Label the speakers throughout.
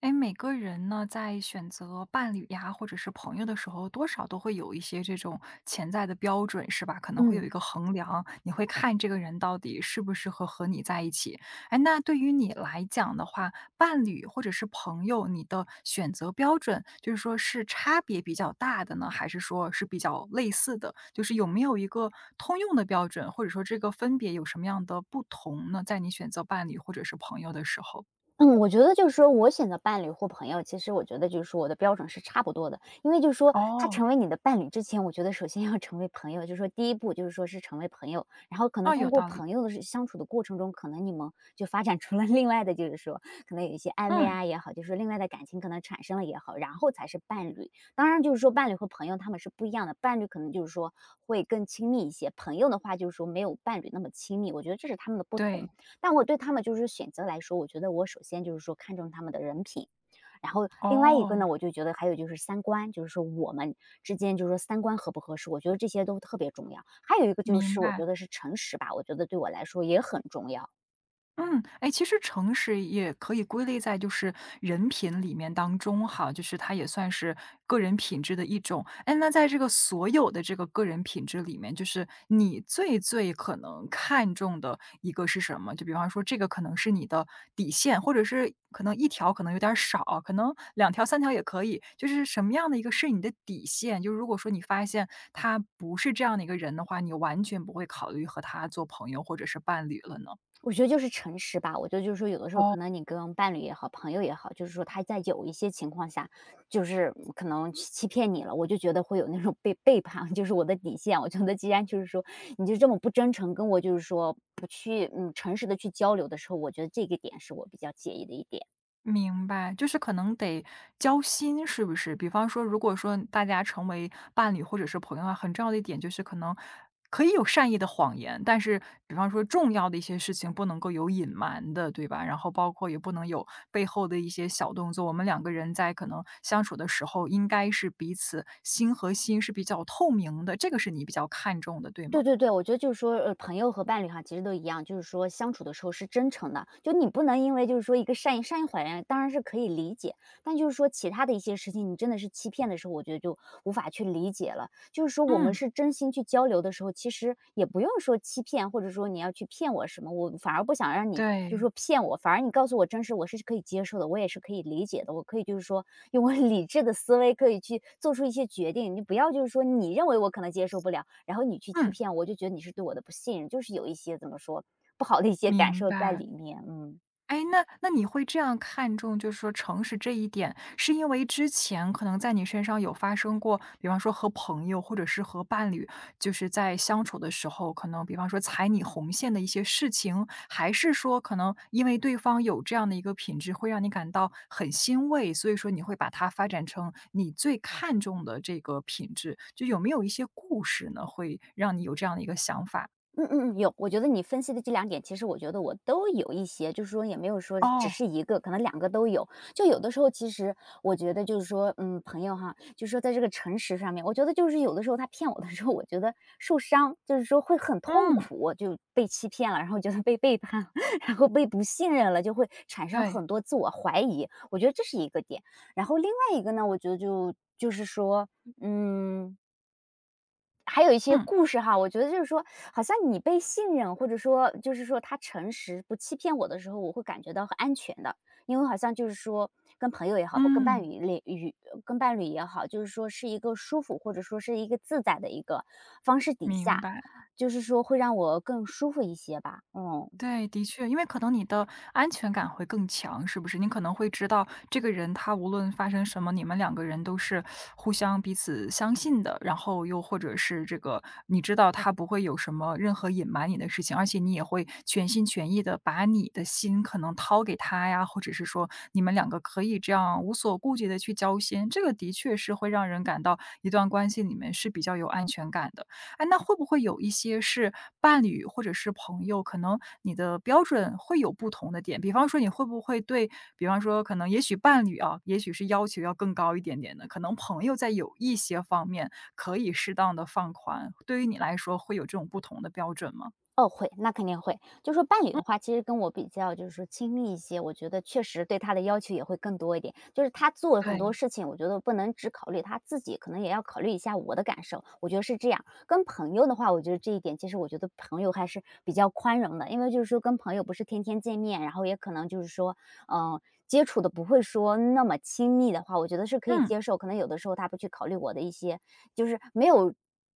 Speaker 1: 哎，每个人呢，在选择伴侣呀，或者是朋友的时候，多少都会有一些这种潜在的标准，是吧？可能会有一
Speaker 2: 嗯
Speaker 1: 个衡量，你会看这个人到底适不适合和你在一起。哎，那对于你来讲的话，伴侣或者是朋友，你的选择标准，就是说是差别比较大的呢，还是说是比较类似的？就是有没有一个通用的标准，或者说这个分别有什么样的不同呢？在你选择伴侣或者是朋友的时候，
Speaker 2: 嗯，我觉得就是说我选择伴侣或朋友，其实我觉得就是说我的标准是差不多的，因为就是说他
Speaker 1: 哦，
Speaker 2: 成为你的伴侣之前，我觉得首先要成为朋友，就是说第一步就是说是成为朋友，然后可能
Speaker 1: 哦，有
Speaker 2: 通过
Speaker 1: 道理。
Speaker 2: 朋友的是相处的过程中，可能你们就发展出了另外的，就是说可能有一些暧昧
Speaker 1: 嗯，
Speaker 2: 啊也好，就是说另外的感情可能产生了也好，然后才是伴侣。当然就是说伴侣和朋友他们是不一样的，伴侣可能就是说会更亲密一些，朋友的话就是说没有伴侣那么亲密，我觉得这是他们的不同。
Speaker 1: 对，
Speaker 2: 但我对他们就是选择来说，我觉得我首先就是说看重他们的人品，然后另外一个
Speaker 1: 哦，
Speaker 2: 呢，我就觉得还有就是三观，就是说我们之间就是说三观合不合适，我觉得这些都特别重要。还有一个就
Speaker 1: 明
Speaker 2: 是我
Speaker 1: 白。
Speaker 2: 觉得是诚实吧，我觉得对我来说也很重要。
Speaker 1: 嗯，哎，其实诚实也可以归类在就是人品里面当中哈，就是它也算是个人品质的一种。哎，那在这个所有的这个个人品质里面，就是你最可能看重的一个是什么？就比方说，这个可能是你的底线，或者是可能一条可能有点儿少，可能两条三条也可以。就是什么样的一个是你的底线？就是如果说你发现他不是这样的一个人的话，你完全不会考虑和他做朋友或者是伴侣了呢？
Speaker 2: 我觉得就是诚实吧，我觉得就是说有的时候
Speaker 1: 哦。
Speaker 2: 可能你跟伴侣也好，朋友也好，就是说他在有一些情况下，就是可能欺骗你了，我就觉得会有那种被背叛，就是我的底线。我觉得既然就是说你就这么不真诚，跟我就是说不去诚实的去交流的时候，我觉得这个点是我比较介意的一点。
Speaker 1: 明白，就是可能得交心，是不是？比方说，如果说大家成为伴侣或者是朋友啊，很重要的一点就是可能可以有善意的谎言，但是比方说重要的一些事情不能够有隐瞒的，对吧？然后包括也不能有背后的一些小动作。我们两个人在可能相处的时候，应该是彼此心和心是比较透明的，这个是你比较看重的，对吗？
Speaker 2: 对对对，我觉得就是说，朋友和伴侣哈，其实都一样，就是说相处的时候是真诚的，就你不能因为就是说一个善意谎言，当然是可以理解，但就是说其他的一些事情，你真的是欺骗的时候，我觉得就无法去理解了。就是说我们
Speaker 1: 嗯，
Speaker 2: 是真心去交流的时候，其实也不用说欺骗，或者说你要去骗我什么，我反而不想让你就是
Speaker 1: 对，
Speaker 2: 说骗我，反而你告诉我真实，我是可以接受的，我也是可以理解的，我可以就是说用我 理智的思维可以去做出一些决定。你不要就是说你认为我可能接受不了，然后你去欺
Speaker 1: 嗯，
Speaker 2: 骗我，我就觉得你是对我的不信任，就是有一些怎么说不好的一些感
Speaker 1: 明
Speaker 2: 受在
Speaker 1: 白。
Speaker 2: 里面，嗯。
Speaker 1: 哎，那你会这样看重就是说诚实这一点，是因为之前可能在你身上有发生过，比方说和朋友或者是和伴侣，就是在相处的时候，可能比方说踩你红线的一些事情，还是说可能因为对方有这样的一个品质，会让你感到很欣慰，所以说你会把它发展成你最看重的这个品质，就有没有一些故事呢，会让你有这样的一个想法？
Speaker 2: 嗯，有，我觉得你分析的这两点，其实我觉得我都有一些，就是说也没有说只
Speaker 1: 哦，
Speaker 2: 是一个，可能两个都有。就有的时候其实我觉得就是说，嗯，朋友哈，就是说在这个诚实上面，我觉得就是有的时候他骗我的时候，我觉得受伤，就是说会很痛
Speaker 1: 嗯，
Speaker 2: 苦，就被欺骗了，然后觉得被背叛了 然后被不信任了，就会产生
Speaker 1: 对，
Speaker 2: 很多自我怀疑，我觉得这是一个点。然后另外一个呢，我觉得就是说，嗯，还有一些
Speaker 1: 嗯
Speaker 2: 故事哈，我觉得就是说，好像你被信任，或者说就是说他诚实不欺骗我的时候，我会感觉到很安全的。因为好像就是说，跟朋友也好，
Speaker 1: 嗯，
Speaker 2: 跟伴侣也好，就是说是一个舒服，或者说是一个自在的一个方式底
Speaker 1: 明
Speaker 2: 下，
Speaker 1: 白。
Speaker 2: 就是说会让我更舒服一些吧。嗯。
Speaker 1: 对，的确，因为可能你的安全感会更强，是不是？你可能会知道这个人他无论发生什么，你们两个人都是互相彼此相信的，然后又或者是这个，你知道他不会有什么任何隐瞒你的事情，而且你也会全心全意的把你的心可能掏给他呀，或者是说你们两个可以这样无所顾忌的去交心，这个的确是会让人感到一段关系里面是比较有安全感的。哎，那会不会有一些是伴侣或者是朋友，可能你的标准会有不同的点？比方说你会不会对比方说可能也许伴侣啊，也许是要求要更高一点点的，可能朋友在有一些方面可以适当的放宽，对于你来说会有这种不同的标准吗？
Speaker 2: 哦，会，那肯定会。就说伴侣的话，其实跟我比较就是说亲密一些，我觉得确实对他的要求也会更多一点。就是他做很多
Speaker 1: 对，
Speaker 2: 事情，我觉得不能只考虑他自己，可能也要考虑一下我的感受。我觉得是这样。跟朋友的话，我觉得这一点其实我觉得朋友还是比较宽容的，因为就是说跟朋友不是天天见面，然后也可能就是说，嗯、接触的不会说那么亲密的话，我觉得是可以
Speaker 1: 嗯，
Speaker 2: 接受。可能有的时候他不去考虑我的一些就是没有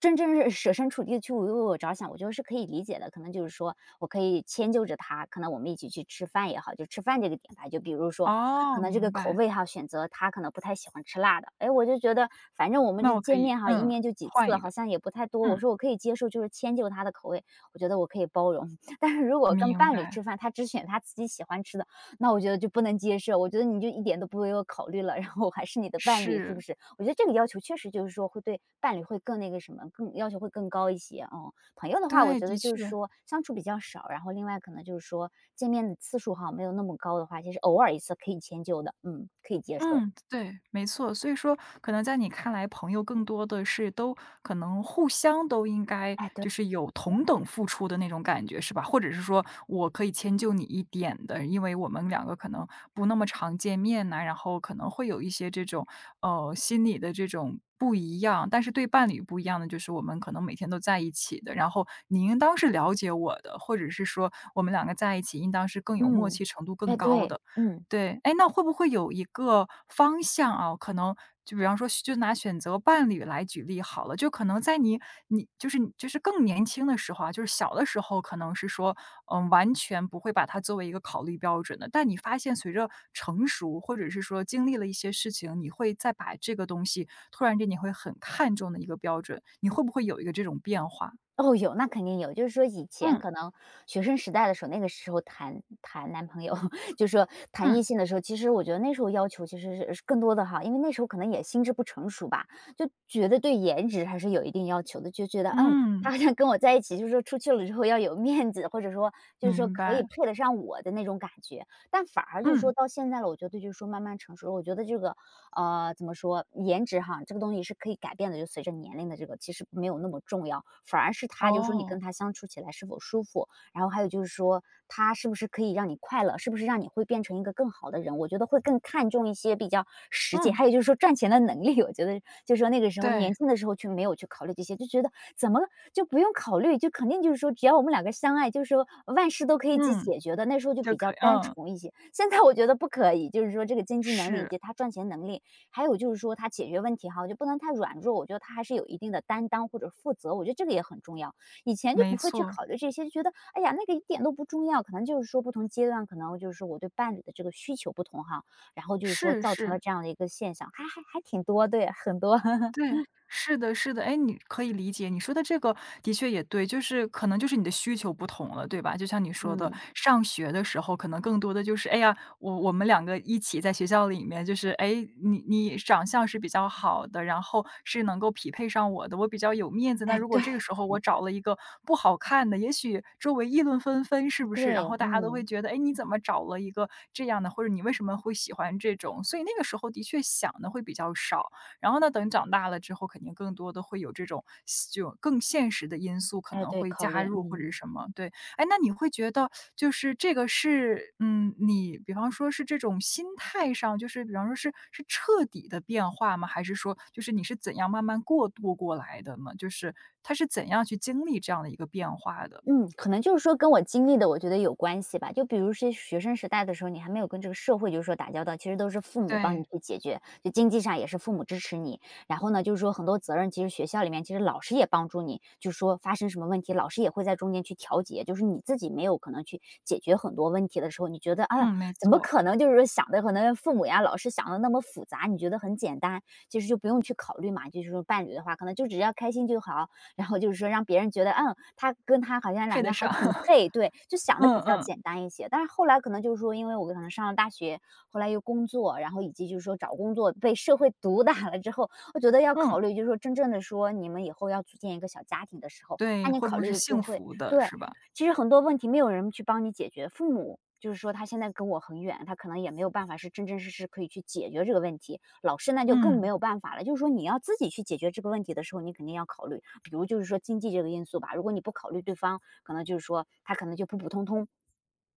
Speaker 2: 真正是设身处地的去为我着想，我觉得是可以理解的。可能就是说我可以迁就着他，可能我们一起去吃饭也好，就吃饭这个点吧，就比如说
Speaker 1: 哦，
Speaker 2: 可能这个
Speaker 1: 明
Speaker 2: 口
Speaker 1: 白，
Speaker 2: 味哈，选择他可能不太喜欢吃辣的，哎，我就觉得反正我们
Speaker 1: 那
Speaker 2: 这
Speaker 1: 我可
Speaker 2: 见
Speaker 1: 以
Speaker 2: 面哈一
Speaker 1: 嗯，
Speaker 2: 年就几
Speaker 1: 换
Speaker 2: 次，
Speaker 1: 一
Speaker 2: 好
Speaker 1: 个，
Speaker 2: 像也不太多，我
Speaker 1: 嗯，
Speaker 2: 说我可以接受，就是迁就他的口味，我觉得我可以包容。但是如果跟
Speaker 1: 明
Speaker 2: 伴侣
Speaker 1: 白，
Speaker 2: 吃饭，他只选他自己喜欢吃的那我觉得就不能接受，我觉得你就一点都不为我考虑了，然后我还是你的伴侣，是不
Speaker 1: 是，
Speaker 2: 是？我觉得这个要求确实就是说会对伴侣会更那个什么，更要求会更高一些哦。朋友的话，我
Speaker 1: 对，
Speaker 2: 觉
Speaker 1: 的
Speaker 2: 得就是
Speaker 1: 确。
Speaker 2: 说相处比较少，然后另外可能就是说见面的次数哈没有那么高的话，其实偶尔一次可以迁就的，嗯，可以接受。
Speaker 1: 嗯，对，没错。所以说，可能在你看来，朋友更多的是都可能互相都应该
Speaker 2: 哎，对，
Speaker 1: 就是有同等付出的那种感觉，是吧？或者是说我可以迁就你一点的，因为我们两个可能不那么常见面呐、然后可能会有一些这种心理的这种不一样。但是对伴侣不一样的就是我们可能每天都在一起的，然后你应当是了解我的，或者是说我们两个在一起应当是更有默
Speaker 2: 嗯，
Speaker 1: 契程度更
Speaker 2: 哎，
Speaker 1: 高
Speaker 2: 对，
Speaker 1: 的。
Speaker 2: 嗯。
Speaker 1: 对，哎，那会不会有一个方向啊，可能就比方说就拿选择伴侣来举例好了，就可能在你你就是你就是更年轻的时候啊，就是小的时候可能是说，嗯，完全不会把它作为一个考虑标准的，但你发现随着成熟，或者是说经历了一些事情，你会再把这个东西突然间你会很看重的一个标准，你会不会有一个这种变化？
Speaker 2: 哦，有，那肯定有。就是说以前
Speaker 1: 嗯，
Speaker 2: 可能学生时代的时候，那个时候谈谈男朋友，就是说谈
Speaker 1: 嗯，
Speaker 2: 异性的时候，其实我觉得那时候要求其实是更多的哈，因为那时候可能也心智不成熟吧，就觉得对颜值还是有一定要求的，就觉得嗯，他
Speaker 1: 嗯，
Speaker 2: 好像跟我在一起，就是说出去了之后要有面子，或者说就是说
Speaker 1: 明
Speaker 2: 可
Speaker 1: 白，
Speaker 2: 以配得上我的那种感觉。但反而就是说
Speaker 1: 嗯，
Speaker 2: 到现在了，我觉得就是说慢慢成熟了，我觉得这个怎么说颜值哈，这个东西是可以改变的，就随着年龄的这个其实没有那么重要，反而是他就是说你跟
Speaker 1: 哦，
Speaker 2: 他相处起来是否舒服，然后还有就是说他是不是可以让你快乐，是不是让你会变成一个更好的人，我觉得会更看重一些比较实际，
Speaker 1: 嗯，
Speaker 2: 还有就是说赚钱的能力，我觉得就是说那个时候
Speaker 1: 对，
Speaker 2: 年轻的时候却没有去考虑这些，就觉得怎么就不用考虑，就肯定就是说只要我们两个相爱，就是说万事都可以去
Speaker 1: 嗯。
Speaker 2: 解决的，那时候就
Speaker 1: 就
Speaker 2: 比较
Speaker 1: 可以
Speaker 2: 单
Speaker 1: 嗯，
Speaker 2: 纯一些，现在我觉得不可以，就是说这个经济能力以
Speaker 1: 是，
Speaker 2: 及他赚钱能力。还有就是说他解决问题哈，我就不能太软弱，我觉得他还是有一定的担当或者负责，我觉得这个也很重要。以前就
Speaker 1: 没
Speaker 2: 不会去
Speaker 1: 错，
Speaker 2: 考虑这些，就觉得哎呀，那个一点都不重要，可能就是说不同阶段，可能就是说我对伴侣的这个需求不同哈，然后就是说
Speaker 1: 是
Speaker 2: 造成了
Speaker 1: 是。
Speaker 2: 这样的一个现象，还挺多，对，很多，
Speaker 1: 对，是的是的。哎，你可以理解，你说的这个的确也对，就是可能就是你的需求不同了，对吧？就像你说的，
Speaker 2: 嗯，
Speaker 1: 上学的时候可能更多的就是，哎呀，我们两个一起在学校里面，就是，哎，你长相是比较好的，然后是能够匹配上我的，我比较有面子。那
Speaker 2: 哎，
Speaker 1: 如果
Speaker 2: 对。
Speaker 1: 这个时候我找了一个不好看的，也许周围议论纷纷，是不是？
Speaker 2: 对，
Speaker 1: 然后大家都会
Speaker 2: 嗯，
Speaker 1: 觉得，哎，你怎么找了一个这样的，或者你为什么会喜欢这种？所以那个时候的确想的会比较少。然后呢，等长大了之后，肯定更多的会有这种就更现实的因素可
Speaker 2: 哎，
Speaker 1: 能
Speaker 2: 对，
Speaker 1: 会
Speaker 2: 考
Speaker 1: 加
Speaker 2: 虑，
Speaker 1: 入或者
Speaker 2: 嗯。
Speaker 1: 是什么，对。哎，那你会觉得就是这个是，嗯，你比方说是这种心态上，就是比方说是彻底的变化吗？还是说就是你是怎样慢慢过渡过来的呢？就是他是怎样去经历这样的一个变化的？
Speaker 2: 嗯，可能就是说跟我经历的我觉得有关系吧。就比如是学生时代的时候，你还没有跟这个社会就是说打交道，其实都是父母帮你
Speaker 1: 对。
Speaker 2: 去解决，就经济上也是父母支持你。然后呢，就是说很多责任，其实学校里面其实老师也帮助你，就是说发生什么问题，老师也会在中间去调节。就是你自己没有可能去解决很多问题的时候，你觉得哎呀，
Speaker 1: 嗯，没
Speaker 2: 怎么
Speaker 1: 错，
Speaker 2: 可能就是说想的可能父母呀、老师想的那么复杂，你觉得很简单，其实就不用去考虑嘛。就是说伴侣的话，可能就只要开心就好，然后就是说让别人觉得，嗯，他跟他好像两
Speaker 1: 配
Speaker 2: 个
Speaker 1: 得
Speaker 2: 人还
Speaker 1: 上。
Speaker 2: 挺 配，对，就想的
Speaker 1: 嗯
Speaker 2: 比较
Speaker 1: 嗯
Speaker 2: 简单一些。但是后来可能就是说，因为我可能上了大学，后来又工作，然后以及就是说找工作被社会毒打了之后，我觉得要
Speaker 1: 嗯，
Speaker 2: 考虑，就是说真正的说你们以后要组建一个小家庭的时候，那
Speaker 1: 对，
Speaker 2: 你
Speaker 1: 会不
Speaker 2: 考
Speaker 1: 会
Speaker 2: 虑
Speaker 1: 是
Speaker 2: 的就
Speaker 1: 幸
Speaker 2: 会
Speaker 1: 福的
Speaker 2: 对。
Speaker 1: 是吧？
Speaker 2: 其实很多问题没有人去帮你解决，父母就是说他现在跟我很远，他可能也没有办法是真真实实可以去解决这个问题。老师那就更没
Speaker 1: 嗯，
Speaker 2: 有办法了，就是说你要自己去解决这个问题的时候，你肯定要考虑比如就是说经济这个因素吧，如果你不考虑对方，可能就是说他可能就普普通通，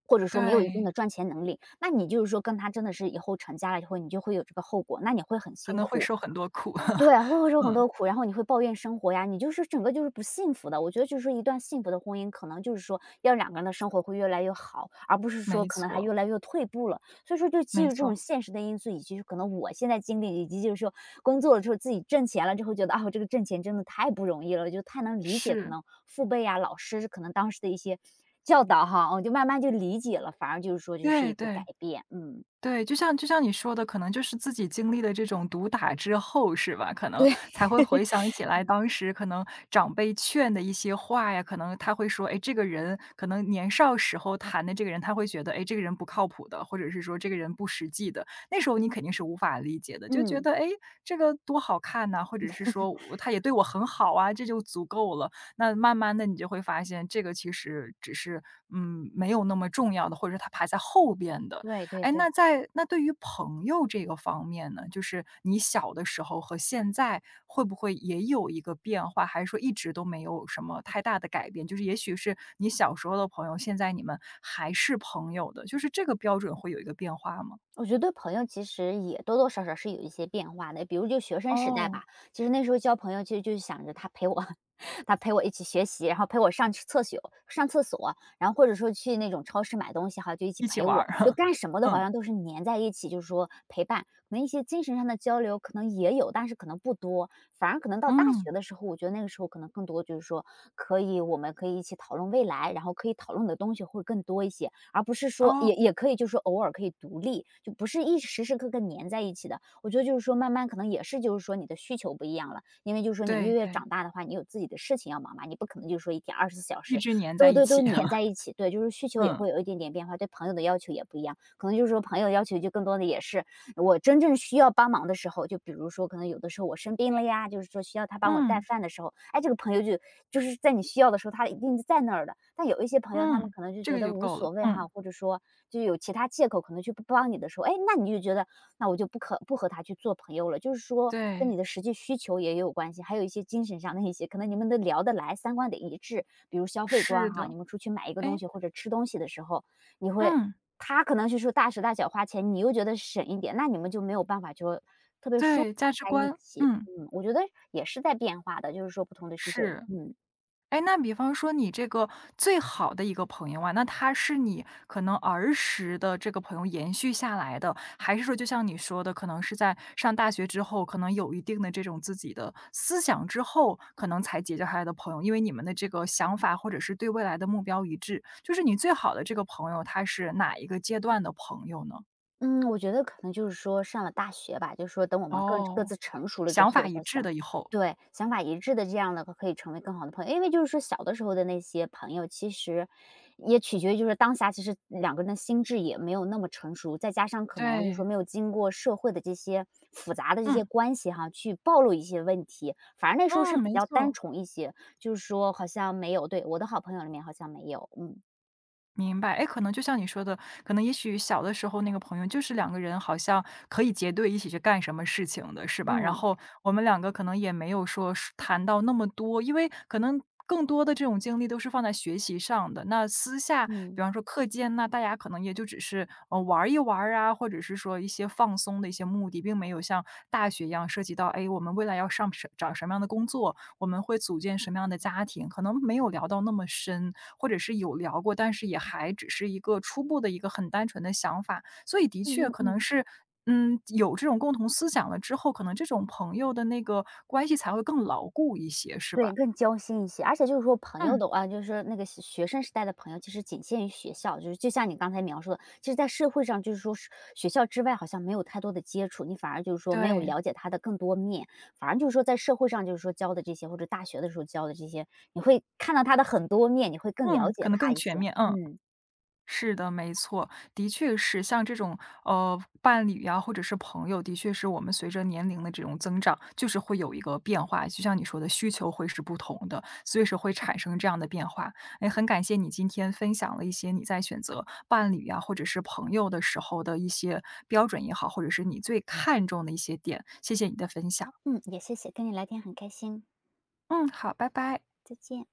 Speaker 2: 或者说没有一定的
Speaker 1: 对。
Speaker 2: 赚钱能力，那你就是说跟他真的是以后成家了以后，你就会有这个后果，那你会很
Speaker 1: 可
Speaker 2: 辛
Speaker 1: 能会
Speaker 2: 苦。
Speaker 1: 受很多苦。
Speaker 2: 对，会受很
Speaker 1: 嗯，
Speaker 2: 多苦，然后你会抱怨生活呀，你就是整个就是不幸福的。我觉得就是说一段幸福的婚姻，可能就是说要两个人的生活会越来越好，而不是说
Speaker 1: 没
Speaker 2: 可能还
Speaker 1: 错，
Speaker 2: 越来越退步了。所以说，就基于
Speaker 1: 没
Speaker 2: 这种
Speaker 1: 错，
Speaker 2: 现实的因素，以及可能我现在经历，以及就是说工作了之后自己挣钱了之后，觉得啊，我这个挣钱真的太不容易了，就太能理解可
Speaker 1: 是，
Speaker 2: 能父辈呀、老师可能当时的一些教导哈，我就慢慢就理解了，反而就是说就是
Speaker 1: 对
Speaker 2: 一个改
Speaker 1: 对。
Speaker 2: 变。嗯，
Speaker 1: 对，就像你说的，可能就是自己经历了这种毒打之后，是吧？可能
Speaker 2: 对，
Speaker 1: 才会回想起来，当时可能长辈劝的一些话呀，可能他会说，哎，这个人可能年少时候谈的这个人，他会觉得，哎，这个人不靠谱的，或者是说这个人不实际的。那时候你肯定是无法理解的，就觉
Speaker 2: 嗯，
Speaker 1: 得，哎，这个多好看呐、或者是说我他也对我很好啊，这就足够了。那慢慢的你就会发现，这个其实只是没有那么重要的，或者是他排在后边的。
Speaker 2: 对对
Speaker 1: 哎，
Speaker 2: 对。
Speaker 1: 那对于朋友这个方面呢，就是你小的时候和现在会不会也有一个变化？还是说一直都没有什么太大的改变？就是也许是你小时候的朋友，现在你们还是朋友的，就是这个标准会有一个变化吗？
Speaker 2: 我觉得对朋友其实也多多少少是有一些变化的，比如就学生时代
Speaker 1: 哦，
Speaker 2: 吧，其实那时候交朋友其实就是想着他陪我，他陪我一起学习，然后陪我上厕所，然后或者说去那种超市买东西哈，就一起
Speaker 1: 一起
Speaker 2: 陪
Speaker 1: 玩
Speaker 2: 我，就
Speaker 1: 儿，
Speaker 2: 干什么 的，好
Speaker 1: 嗯
Speaker 2: 像都是粘在一起，就是说陪伴，可能一些精神上的交流可能也有，但是可能不多，反而可能到大
Speaker 1: 嗯，
Speaker 2: 学的时候，我觉得那个时候可能更多就是说可以我们可以一起讨论未来，然后可以讨论的东西会更多一些，而不是说
Speaker 1: 哦，
Speaker 2: 也可以就是偶尔可以独立，就不是一时时刻刻粘在一起的。我觉得就是说慢慢可能也是就是说你的需求不一样了，因为就是说你
Speaker 1: 对
Speaker 2: 越
Speaker 1: 对，
Speaker 2: 长大的话，你有自己的事情要忙嘛，你不可能就是说一天二十四小
Speaker 1: 一
Speaker 2: 时
Speaker 1: 直黏在
Speaker 2: 都
Speaker 1: 一
Speaker 2: 都都
Speaker 1: 起，
Speaker 2: 粘在一 起，对，就是需求也
Speaker 1: 嗯
Speaker 2: 会有一点点变化，对朋友的要求也不一样，可能就是说朋友要求就更多的也是我真正需要帮忙的时候，就比如说可能有的时候我生病了呀，就是说需要他帮我带
Speaker 1: 嗯
Speaker 2: 饭的时候，哎，这个朋友就就是在你需要的时候，他一定在那儿的。但有一些朋友，他们
Speaker 1: 嗯，
Speaker 2: 可能就
Speaker 1: 这
Speaker 2: 觉
Speaker 1: 个
Speaker 2: 得
Speaker 1: 就
Speaker 2: 无
Speaker 1: 够了，
Speaker 2: 所谓
Speaker 1: 嗯，
Speaker 2: 哈，或者说就有其他借口，可能去不帮你的时候，哎，那你就觉得那我就不可不和他去做朋友了。就是说跟
Speaker 1: 对，
Speaker 2: 你的实际需求也有关系，还有一些精神上的一些，可能你们都聊得来，三观得一致，比如消费
Speaker 1: 是
Speaker 2: 观哈，
Speaker 1: 的，
Speaker 2: 你们出去买一个东
Speaker 1: 哎，
Speaker 2: 西或者吃东西的时候，你会
Speaker 1: 嗯，
Speaker 2: 他可能是说大手大脚花钱，你又觉得省一点，那你们就没有办法就特别舒服
Speaker 1: 对，价值
Speaker 2: 在一
Speaker 1: 观，
Speaker 2: 起。
Speaker 1: 嗯。
Speaker 2: 嗯，我觉得也是在变化的，就是说不同的需求，
Speaker 1: 是。
Speaker 2: 嗯。
Speaker 1: 哎，那比方说你这个最好的一个朋友啊，那他是你可能儿时的这个朋友延续下来的，还是说就像你说的，可能是在上大学之后，可能有一定的这种自己的思想之后，可能才结交下来的朋友？因为你们的这个想法或者是对未来的目标一致，就是你最好的这个朋友，他是哪一个阶段的朋友呢？
Speaker 2: 嗯，我觉得可能就是说上了大学吧，就是说等我们更各
Speaker 1: 哦，
Speaker 2: 自成熟了之
Speaker 1: 想法
Speaker 2: 后，
Speaker 1: 一
Speaker 2: 我
Speaker 1: 致
Speaker 2: 想
Speaker 1: 的以后。
Speaker 2: 对，想法一致的这样的可以成为更好的朋友。因为就是说小的时候的那些朋友，其实也取决于就是当下其实两个人的心智也没有那么成熟，再加上可能就是说
Speaker 1: 对，
Speaker 2: 没有经过社会的这些复杂的这些
Speaker 1: 嗯，
Speaker 2: 关系哈，去暴露一些问题，反而那时候是
Speaker 1: 嗯，
Speaker 2: 比
Speaker 1: 没
Speaker 2: 较单
Speaker 1: 错。
Speaker 2: 纯一些，就是说好像没有，对，我的好朋友里面好像没有，嗯
Speaker 1: 明白，哎，可能就像你说的，可能也许小的时候那个朋友就是两个人好像可以结队一起去干什么事情的，是吧？然
Speaker 2: 嗯
Speaker 1: 后我们两个可能也没有说是谈到那么多，因为可能更多的这种经历都是放在学习上的。那私下，比
Speaker 2: 嗯
Speaker 1: 方说课间那大家可能也就只是玩儿一玩儿啊，或者是说一些放松的一些目的，并没有像大学一样涉及到，哎，我们未来要上什找什么样的工作，我们会组建什么样的家庭，可能没有聊到那么深。或者是有聊过，但是也还只是一个初步的一个很单纯的想法。所以的确
Speaker 2: 嗯嗯
Speaker 1: 可能
Speaker 2: 嗯。
Speaker 1: 是，嗯，有这种共同思想了之后，可能这种朋友的那个关系才会更牢固一些，是
Speaker 2: 对，
Speaker 1: 吧？
Speaker 2: 更交心一些。而且就是说朋友
Speaker 1: 嗯，
Speaker 2: 的话，就是说那个学生时代的朋友，其实仅限于学校，就是就像你刚才描述的，其实在社会上就是说是学校之外好像没有太多的接触，你反而就是说没有
Speaker 1: 对，
Speaker 2: 了解他的更多面，反而就是说在社会上就是说交的这些，或者大学的时候交的这些，你会看到他的很多面，你会更
Speaker 1: 嗯，
Speaker 2: 了解
Speaker 1: 可能
Speaker 2: 他
Speaker 1: 更
Speaker 2: 一
Speaker 1: 全
Speaker 2: 些。
Speaker 1: 面，嗯。
Speaker 2: 嗯，
Speaker 1: 是的，没错，的确是像这种伴侣呀、或者是朋友，的确是我们随着年龄的这种增长，就是会有一个变化。就像你说的，需求会是不同的，所以是会产生这样的变化。哎，很感谢你今天分享了一些你在选择伴侣呀、或者是朋友的时候的一些标准也好，或者是你最看重的一些点。谢谢你的分享。
Speaker 2: 嗯，也谢谢，跟你聊天很开心，
Speaker 1: 嗯，好，拜拜。
Speaker 2: 再见。